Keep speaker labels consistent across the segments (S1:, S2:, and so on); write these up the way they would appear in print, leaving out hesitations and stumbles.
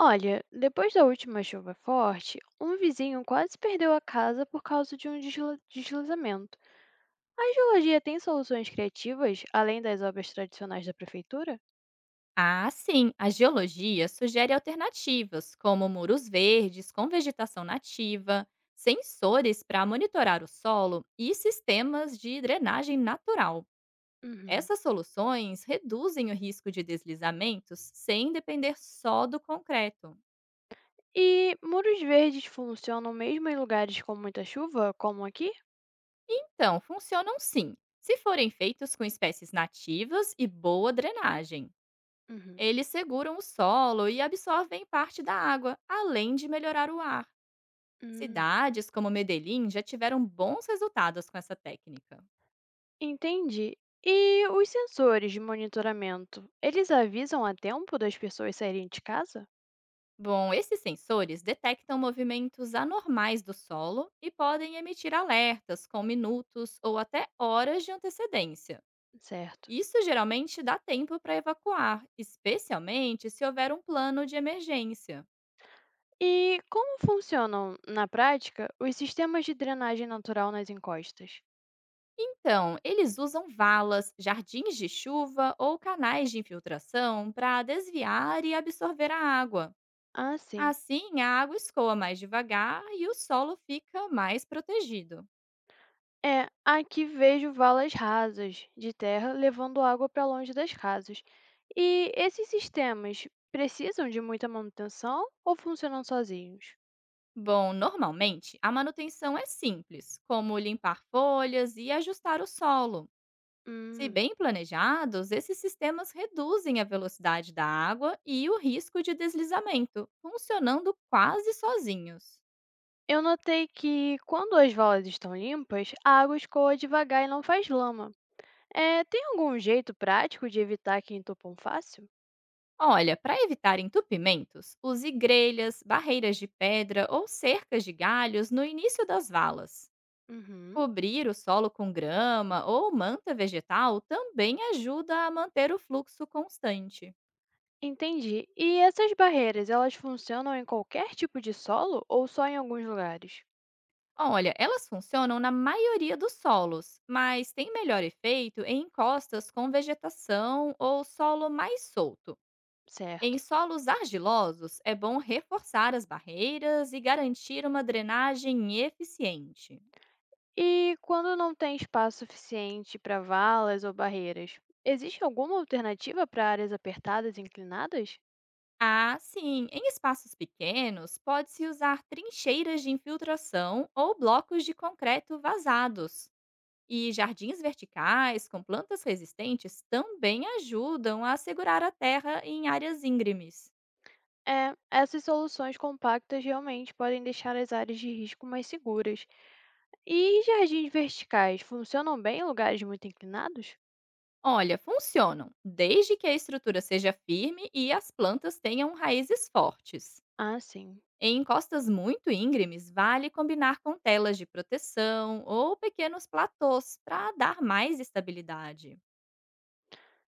S1: Olha, depois da última chuva forte, um vizinho quase perdeu a casa por causa de um deslizamento. A geologia tem soluções criativas além das obras tradicionais da prefeitura?
S2: Ah, sim, a geologia sugere alternativas, como muros verdes com vegetação nativa, sensores para monitorar o solo e sistemas de drenagem natural.
S1: Uhum.
S2: Essas soluções reduzem o risco de deslizamentos sem depender só do concreto.
S1: E muros verdes funcionam mesmo em lugares com muita chuva, como aqui?
S2: Então, funcionam sim, se forem feitos com espécies nativas e boa drenagem.
S1: Uhum.
S2: Eles seguram o solo e absorvem parte da água, além de melhorar o ar.
S1: Hum,
S2: Cidades como Medellín já tiveram bons resultados com essa técnica.
S1: entendi. E os sensores de monitoramento, eles avisam a tempo das pessoas saírem de casa?
S2: Bom, esses sensores detectam movimentos anormais do solo e podem emitir alertas com minutos ou até horas de antecedência.
S1: Certo.
S2: Isso geralmente dá tempo para evacuar, especialmente se houver um plano de emergência.
S1: E como funcionam, na prática, os sistemas de drenagem natural nas encostas?
S2: Então, eles usam valas, jardins de chuva ou canais de infiltração para desviar e absorver a água.
S1: Ah, sim.
S2: Assim, a água escoa mais devagar e o solo fica mais protegido.
S1: É, aqui vejo valas rasas de terra levando água para longe das casas. E esses sistemas precisam de muita manutenção ou funcionam sozinhos?
S2: Bom, normalmente a manutenção é simples, como limpar folhas e ajustar o solo. Se
S1: Hum.
S2: bem planejados, esses sistemas reduzem a velocidade da água e o risco de deslizamento, funcionando quase sozinhos.
S1: Eu notei que quando as valas estão limpas, a água escoa devagar e não faz lama. É, tem algum jeito prático de evitar que entupam fácil?
S2: Olha, para evitar entupimentos, use grelhas, barreiras de pedra ou cercas de galhos no início das valas.
S1: Uhum.
S2: Cobrir o solo com grama ou manta vegetal também ajuda a manter o fluxo constante.
S1: Entendi. E essas barreiras, elas funcionam em qualquer tipo de solo ou só em alguns lugares?
S2: Olha, elas funcionam na maioria dos solos, mas tem melhor efeito em encostas com vegetação ou solo mais solto. Em
S1: Certo.
S2: solos argilosos, é bom reforçar as barreiras e garantir uma drenagem eficiente.
S1: E quando não tem espaço suficiente para valas ou barreiras, existe alguma alternativa para áreas apertadas e inclinadas?
S2: Ah, sim, em espaços pequenos, pode-se usar trincheiras de infiltração ou blocos de concreto vazados. E jardins verticais com plantas resistentes também ajudam a segurar a terra em áreas íngremes.
S1: É, essas soluções compactas realmente podem deixar as áreas de risco mais seguras. E jardins verticais funcionam bem em lugares muito inclinados?
S2: Olha, funcionam, desde que a estrutura seja firme e as plantas tenham raízes fortes.
S1: Ah, sim.
S2: Em encostas muito íngremes, vale combinar com telas de proteção ou pequenos platôs para dar mais estabilidade.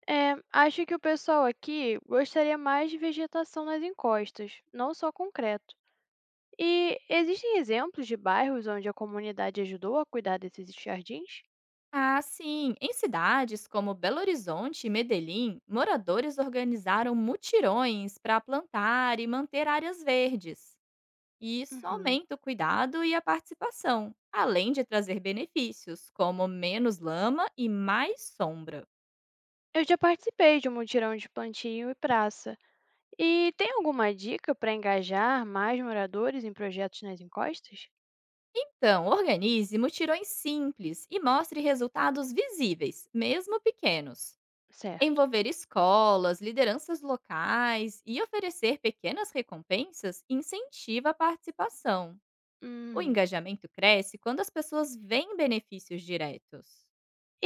S1: É, acho que o pessoal aqui gostaria mais de vegetação nas encostas, não só concreto. E existem exemplos de bairros onde a comunidade ajudou a cuidar desses jardins?
S2: Ah, sim. Em cidades como Belo Horizonte e Medellín, moradores organizaram mutirões para plantar e manter áreas verdes. E isso
S1: Uhum.
S2: aumenta o cuidado e a participação, além de trazer benefícios, como menos lama e mais sombra.
S1: Eu já participei de um mutirão de plantio e praça. E tem alguma dica para engajar mais moradores em projetos nas encostas?
S2: Então, organize mutirões simples e mostre resultados visíveis, mesmo pequenos.
S1: Certo.
S2: Envolver escolas, lideranças locais e oferecer pequenas recompensas incentiva a participação. O
S1: Hum.
S2: engajamento cresce quando as pessoas veem benefícios diretos.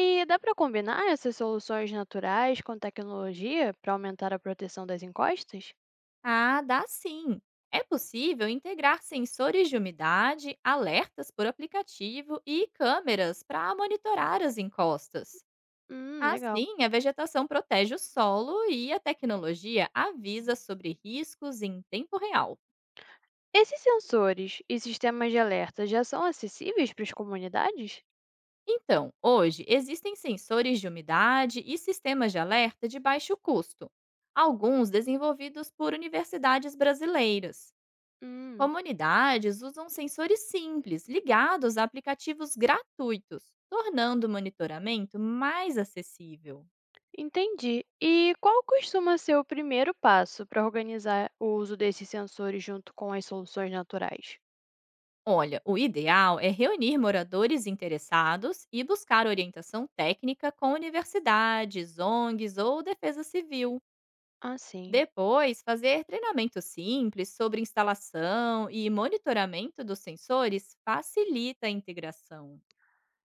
S1: E dá para combinar essas soluções naturais com tecnologia para aumentar a proteção das encostas?
S2: Ah, dá sim! É possível integrar sensores de umidade, alertas por aplicativo e câmeras para monitorar as encostas.
S1: Legal.
S2: Assim, a vegetação protege o solo e a tecnologia avisa sobre riscos em tempo real.
S1: Esses sensores e sistemas de alerta já são acessíveis para as comunidades?
S2: Então, hoje existem sensores de umidade e sistemas de alerta de baixo custo, alguns desenvolvidos por universidades brasileiras.
S1: Hum,
S2: Comunidades usam sensores simples ligados a aplicativos gratuitos, tornando o monitoramento mais acessível.
S1: entendi. E qual costuma ser o primeiro passo para organizar o uso desses sensores junto com as soluções naturais?
S2: Olha, o ideal é reunir moradores interessados e buscar orientação técnica com universidades, ONGs ou defesa civil.
S1: Ah, sim.
S2: Depois, fazer treinamento simples sobre instalação e monitoramento dos sensores facilita a integração.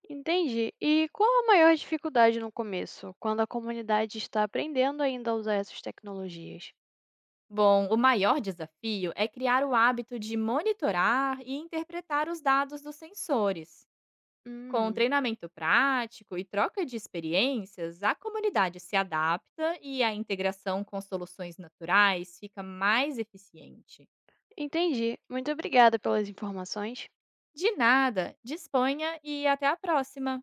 S1: Entendi. E qual a maior dificuldade no começo, quando a comunidade está aprendendo ainda a usar essas tecnologias?
S2: Bom, o maior desafio é criar o hábito de monitorar e interpretar os dados dos sensores. Com
S1: Uhum.
S2: treinamento prático e troca de experiências, a comunidade se adapta e a integração com soluções naturais fica mais eficiente.
S1: Entendi. Muito obrigada pelas informações.
S2: De nada, disponha e até a próxima!